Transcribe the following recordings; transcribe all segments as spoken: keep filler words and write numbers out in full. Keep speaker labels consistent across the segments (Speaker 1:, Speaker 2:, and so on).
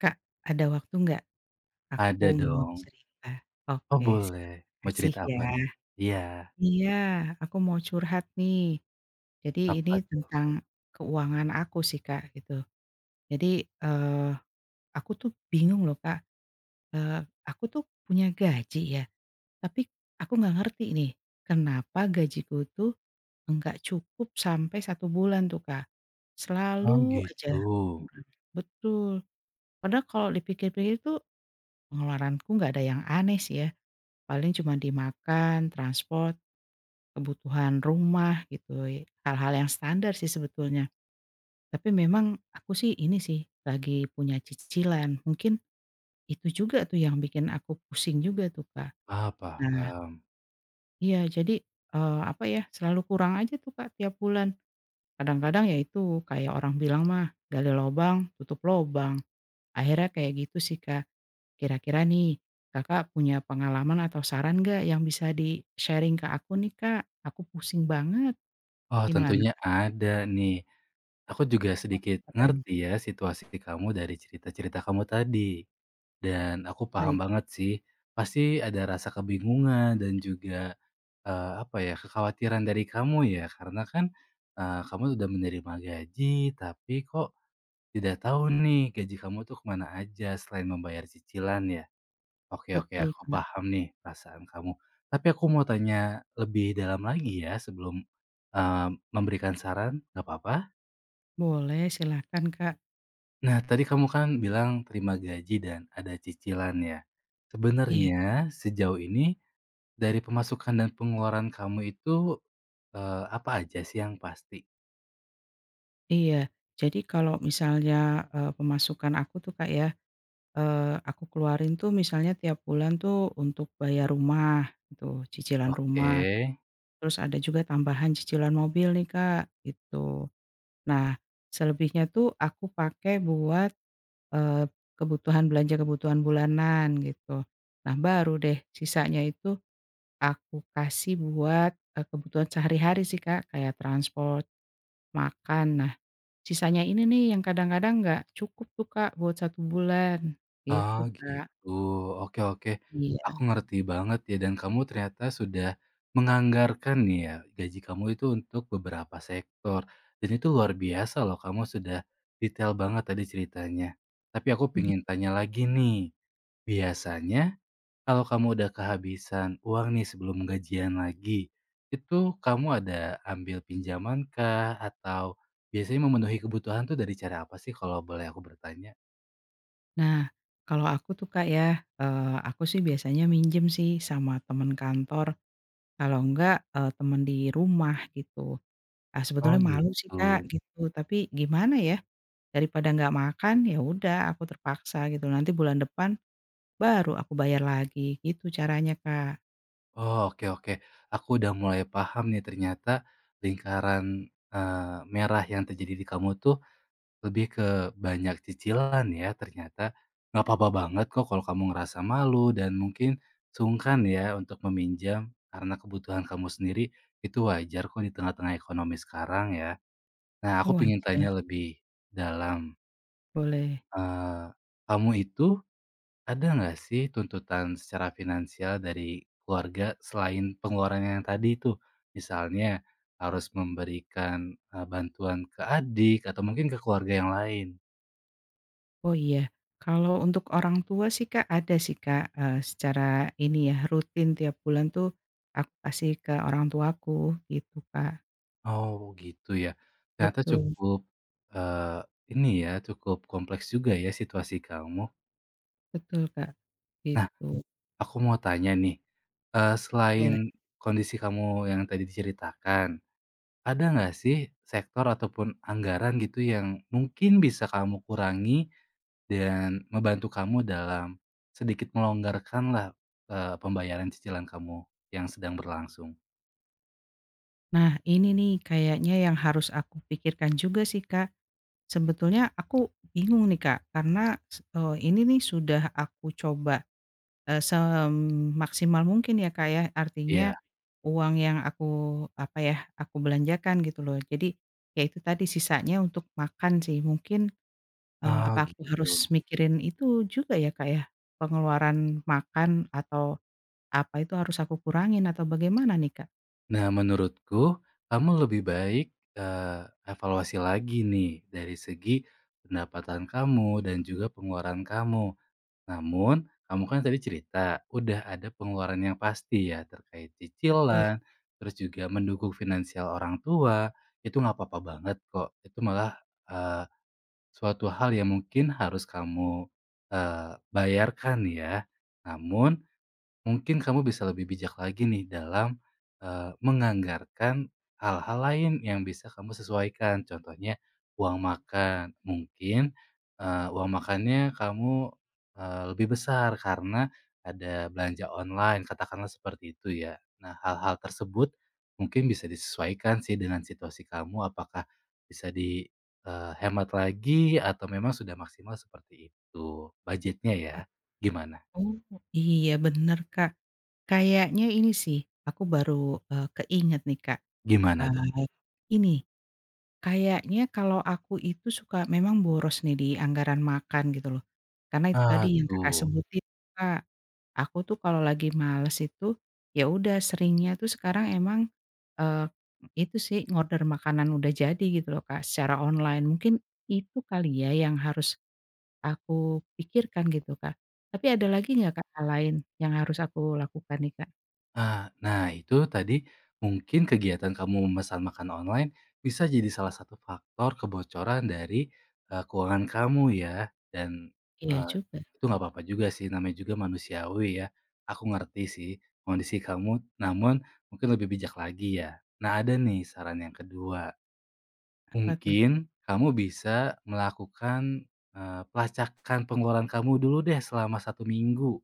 Speaker 1: Kak, ada waktu nggak? Aku
Speaker 2: Ada
Speaker 1: mau
Speaker 2: dong.
Speaker 1: cerita.
Speaker 2: Oh
Speaker 1: Oke, siap,
Speaker 2: boleh, mau
Speaker 1: makasih
Speaker 2: cerita
Speaker 1: ya.
Speaker 2: apa nih? Iya,
Speaker 1: Iya, aku mau curhat nih. Jadi ini
Speaker 2: apa tuh?
Speaker 1: tentang keuangan aku sih, Kak, gitu. Jadi, eee, aku tuh bingung loh, Kak, eee, aku tuh punya gaji ya, tapi aku nggak ngerti nih, kenapa gajiku tuh nggak cukup sampai satu bulan tuh, Kak. Selalu
Speaker 2: Oh
Speaker 1: aja
Speaker 2: gitu.
Speaker 1: betul. Padahal kalau dipikir-pikir tuh pengeluaranku nggak ada yang aneh sih ya. Paling cuma dimakan transport, kebutuhan rumah gitu, hal-hal yang standar sih sebetulnya. Tapi memang aku sih ini sih, lagi punya cicilan, mungkin itu juga tuh yang bikin aku pusing juga tuh, Kak.
Speaker 2: Ah,
Speaker 1: Nah
Speaker 2: paham.
Speaker 1: iya jadi, eee, apa ya, selalu kurang aja tuh, Kak, tiap bulan. Kadang-kadang ya itu, kayak orang bilang mah, "Gali lobang, tutup lobang." Akhirnya kayak gitu sih, Kak. Kira-kira nih, Kakak punya pengalaman atau saran nggak yang bisa di-sharing ke aku nih, Kak? Aku pusing banget.
Speaker 2: Oh
Speaker 1: Gimana?
Speaker 2: tentunya ada nih. Aku juga
Speaker 1: Wah,
Speaker 2: sedikit
Speaker 1: keren.
Speaker 2: ngerti ya situasi kamu dari cerita-cerita kamu tadi. Dan aku paham
Speaker 1: Baik.
Speaker 2: banget sih, pasti ada rasa kebingungan dan juga eh, apa ya kekhawatiran dari kamu ya, karena kan eh, kamu udah menerima gaji, tapi kok tidak tahu nih gaji kamu tuh kemana aja selain membayar cicilan ya? Oke, oke,
Speaker 1: Betul,
Speaker 2: aku
Speaker 1: Kak.
Speaker 2: paham nih perasaan kamu. Tapi aku mau tanya lebih dalam lagi ya sebelum, eee, memberikan saran, nggak apa-apa?
Speaker 1: Boleh, silakan, Kak.
Speaker 2: Nah tadi kamu kan bilang terima gaji dan ada cicilan ya.
Speaker 1: Iya.
Speaker 2: Sebenarnya sejauh ini dari pemasukan dan pengeluaran kamu itu, eee, apa aja sih yang pasti?
Speaker 1: Iya. Jadi kalau misalnya, eee, pemasukan aku tuh, Kak, ya, eee, aku keluarin tuh misalnya tiap bulan tuh untuk bayar rumah gitu, cicilan
Speaker 2: Oke.
Speaker 1: rumah, terus ada juga tambahan cicilan mobil nih, Kak, gitu. Nah, selebihnya tuh aku pakai buat Eee, kebutuhan belanja-kebutuhan bulanan gitu. Nah baru deh sisanya itu aku kasih buat, eee, kebutuhan sehari-hari sih, Kak, kayak transport, makan. Nah sisanya ini nih yang kadang-kadang nggak cukup tuh, Kak, buat satu bulan, gitu,
Speaker 2: Oh
Speaker 1: Kak.
Speaker 2: gitu, oke, oke, aku
Speaker 1: Iya.
Speaker 2: ngerti banget ya dan kamu ternyata sudah menganggarkan nih ya gaji kamu itu untuk beberapa sektor dan itu luar biasa loh kamu sudah detail banget tadi ceritanya. Tapi aku pingin tanya lagi nih, biasanya kalau kamu udah kehabisan uang nih sebelum gajian lagi, itu kamu ada ambil pinjaman kah atau biasanya memenuhi kebutuhan tuh dari cara apa sih kalau boleh aku bertanya?
Speaker 1: Nah kalau aku tuh, Kak, ya, eee, aku sih biasanya minjem sih sama temen kantor, kalau enggak, eee, temen di rumah gitu. Ah,
Speaker 2: Oh
Speaker 1: sebetulnya malu sih,
Speaker 2: gitu.
Speaker 1: Kak, gitu, tapi gimana ya. Daripada nggak makan, ya udah aku terpaksa gitu, nanti bulan depan baru aku bayar lagi, gitu caranya, Kak.
Speaker 2: Oh, oke, oke. Aku udah mulai paham nih ternyata lingkaran, eee, merah yang terjadi di kamu tuh lebih ke banyak cicilan ya ternyata. Nggak apa-apa banget kok kalau kamu ngerasa malu dan mungkin sungkan ya untuk meminjam karena kebutuhan kamu sendiri, itu wajar kok di tengah-tengah ekonomi sekarang ya. Nah,
Speaker 1: Oh,
Speaker 2: aku pengen
Speaker 1: wajar,
Speaker 2: tanya lebih dalam,
Speaker 1: boleh.
Speaker 2: eee, kamu itu ada nggak sih tuntutan secara finansial dari keluarga selain pengeluaran yang tadi itu? Misalnya harus memberikan, eee, bantuan ke adik atau mungkin ke keluarga yang lain.
Speaker 1: Oh, iya. Kalau untuk orang tua sih, Kak, ada sih, Kak, eee, secara ini ya, rutin tiap bulan tuh aku kasih ke orang tuaku, gitu, Kak.
Speaker 2: Oh gitu ya. Ternyata
Speaker 1: Betul,
Speaker 2: cukup, eee, ini ya, cukup kompleks juga ya situasi kamu.
Speaker 1: betul, Kak,
Speaker 2: Nah,
Speaker 1: gitu,
Speaker 2: aku mau tanya nih, eee, selain
Speaker 1: boleh.
Speaker 2: kondisi kamu yang tadi diceritakan, ada nggak sih sektor ataupun anggaran gitu yang mungkin bisa kamu kurangi dan membantu kamu dalam sedikit melonggarkanlah, eee, pembayaran cicilan kamu yang sedang berlangsung?
Speaker 1: Nah, ini nih kayaknya yang harus aku pikirkan juga sih, Kak. Sebetulnya aku bingung nih, Kak, karena s eh, ini nih sudah aku coba. Eee, semaksimal mungkin ya, Kak, ya.
Speaker 2: Iya.
Speaker 1: Artinya uang yang aku, apa ya, aku belanjakan gitu loh. Jadi, ya itu tadi sisanya untuk makan sih. Mungkin, eee,
Speaker 2: Oh,
Speaker 1: apa aku harus
Speaker 2: gitu.
Speaker 1: mikirin itu juga ya, Kak, ya? Pengeluaran makan atau apa itu harus aku kurangin atau bagaimana nih, Kak?
Speaker 2: Nah, menurutku kamu lebih baik, eee, evaluasi lagi nih dari segi pendapatan kamu dan juga pengeluaran kamu. Namun, kamu kan tadi cerita, udah ada pengeluaran yang pasti ya terkait
Speaker 1: Betul.
Speaker 2: cicilan, terus juga mendukung finansial orang tua, itu nggak apa-apa banget kok. Itu malah eh, suatu hal yang mungkin harus kamu eh, bayarkan ya. Namun, mungkin kamu bisa lebih bijak lagi nih dalam, eee, menganggarkan hal-hal lain yang bisa kamu sesuaikan. Contohnya uang makan, mungkin, eee, uang makannya kamu, eee, lebih besar karena ada belanja online, katakanlah seperti itu ya. Nah, hal-hal tersebut mungkin bisa disesuaikan sih dengan situasi kamu, apakah bisa di, eee, hemat lagi atau memang sudah maksimal seperti itu budgetnya ya. Gimana
Speaker 1: Oh, iya bener, Kak. Kayaknya ini sih, aku baru, eee, keinget nih, Kak.
Speaker 2: gimana
Speaker 1: Apa
Speaker 2: tuh?
Speaker 1: ini. Kayaknya kalau aku itu suka memang boros nih di anggaran makan gitu loh. Karena itu
Speaker 2: Ah,
Speaker 1: tadi yang Kakak
Speaker 2: tuh.
Speaker 1: sebutin, Kak, aku tuh kalau lagi males itu, ya udah seringnya tuh sekarang emang, eee, itu sih ngorder makanan udah jadi gitu loh, Kak, secara online. Mungkin itu kali ya yang harus aku pikirkan gitu, Kak. Tapi ada lagi nggak, Kak, hal lain yang harus aku lakukan nih, Kak?
Speaker 2: Ah, nah itu tadi mungkin kegiatan kamu memesan makan online bisa jadi salah satu faktor kebocoran dari, eee, keuangan kamu ya dan,
Speaker 1: Iya
Speaker 2: eee,
Speaker 1: juga,
Speaker 2: itu nggak apa-apa juga sih namanya juga manusiawi ya. Aku ngerti sih kondisi kamu namun mungkin lebih bijak lagi ya. Nah ada nih saran yang kedua,
Speaker 1: apa tuh?
Speaker 2: mungkin kamu bisa melakukan, eee, pelacakan pengeluaran kamu dulu deh selama satu minggu.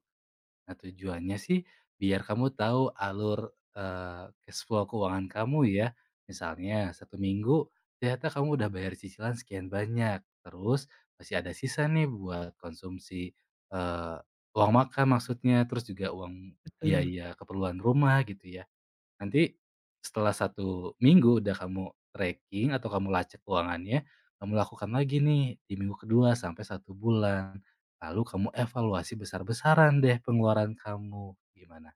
Speaker 2: Nah, tujuannya sih biar kamu tahu alur, eee, cash flow keuangan kamu ya. Misalnya satu minggu ternyata kamu udah bayar cicilan sekian banyak, terus masih ada sisa nih buat konsumsi, eee, uang makan maksudnya, terus juga uang
Speaker 1: Betul.
Speaker 2: biaya keperluan rumah gitu ya. Nanti setelah satu minggu udah kamu tracking atau kamu lacak keuangannya, kamu lakukan lagi nih di minggu kedua sampai satu bulan. Lalu kamu evaluasi besar-besaran deh pengeluaran kamu. Gimana?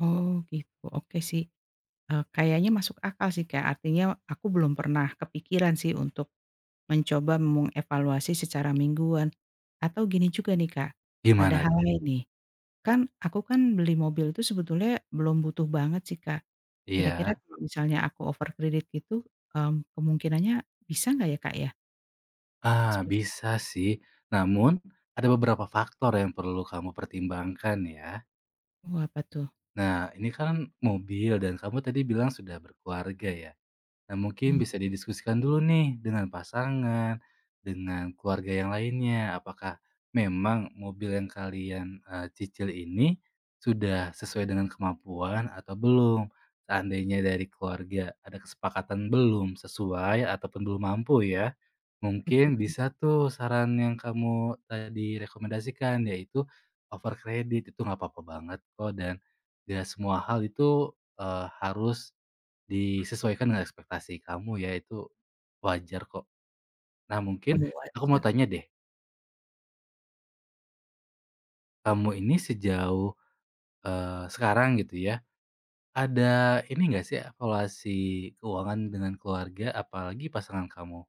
Speaker 1: Oh gitu, oke sih. Eee, kayaknya masuk akal sih, Kak, artinya aku belum pernah kepikiran sih untuk mencoba mengevaluasi secara mingguan. Atau gini juga nih, Kak, ada
Speaker 2: Gimana
Speaker 1: hal
Speaker 2: tuh?
Speaker 1: lain nih, kan aku kan beli mobil itu sebetulnya belum butuh banget sih, Kak. Kira-kira
Speaker 2: Iya?
Speaker 1: kalau misalnya aku overkredit gitu, mmm, kemungkinannya bisa nggak ya, Kak, ya?
Speaker 2: Ah,
Speaker 1: Seperti
Speaker 2: bisa sih. Namun ada beberapa faktor yang perlu kamu pertimbangkan ya.
Speaker 1: oh, apa tuh?
Speaker 2: Nah, ini kan mobil dan kamu tadi bilang sudah berkeluarga ya? Nah, mungkin
Speaker 1: Mmm,
Speaker 2: bisa didiskusikan dulu nih dengan pasangan, dengan keluarga yang lainnya. Apakah memang mobil yang kalian eh, cicil ini sudah sesuai dengan kemampuan atau belum? Seandainya dari keluarga ada kesepakatan belum sesuai ataupun belum mampu ya, mungkin
Speaker 1: betul.
Speaker 2: bisa tuh saran yang kamu tadi rekomendasikan yaitu over kredit itu nggak apa-apa banget kok dan gak semua hal itu eh, harus disesuaikan dengan ekspektasi kamu ya, itu wajar kok. Nah
Speaker 1: Oh,
Speaker 2: mungkin aku mau
Speaker 1: wajar.
Speaker 2: tanya deh, kamu ini sejauh, eee, sekarang gitu ya, ada ini nggak sih evaluasi keuangan dengan keluarga apalagi pasangan kamu?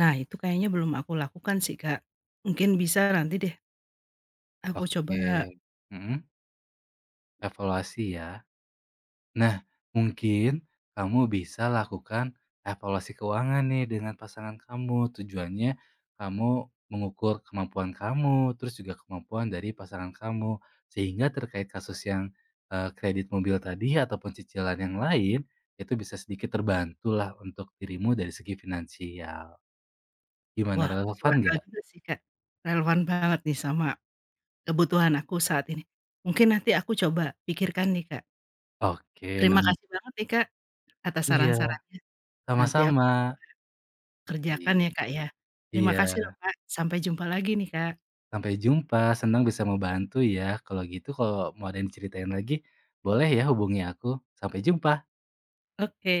Speaker 1: Nah, itu kayaknya belum aku lakukan sih, Kak. Mungkin bisa nanti deh aku coba.
Speaker 2: Oke, mhm, evaluasi ya. Nah, mungkin kamu bisa lakukan evaluasi keuangan nih dengan pasangan kamu. Tujuannya kamu mengukur kemampuan kamu, terus juga kemampuan dari pasangan kamu. Sehingga terkait kasus yang eh, kredit mobil tadi ataupun cicilan yang lain, itu bisa sedikit terbantu lah untuk dirimu dari segi finansial. Gimana,
Speaker 1: Wah, masuk
Speaker 2: relevan
Speaker 1: akal
Speaker 2: nggak?
Speaker 1: juga sih, Kak. Relevan banget nih sama kebutuhan aku saat ini. Mungkin nanti aku coba pikirkan nih, Kak.
Speaker 2: Oke,
Speaker 1: Terima
Speaker 2: namun
Speaker 1: kasih banget nih, Kak, atas
Speaker 2: iya,
Speaker 1: saran-sarannya. Nanti aku
Speaker 2: sama-sama.
Speaker 1: coba kerjakan
Speaker 2: Iya,
Speaker 1: ya, Kak, ya. Terima
Speaker 2: iya.
Speaker 1: kasih loh, Kak. Sampai jumpa lagi nih, Kak.
Speaker 2: Sampai jumpa, senang bisa membantu ya. Kalau gitu kalau mau ada yang diceritain lagi, boleh ya hubungi aku. Sampai jumpa.
Speaker 1: Oke.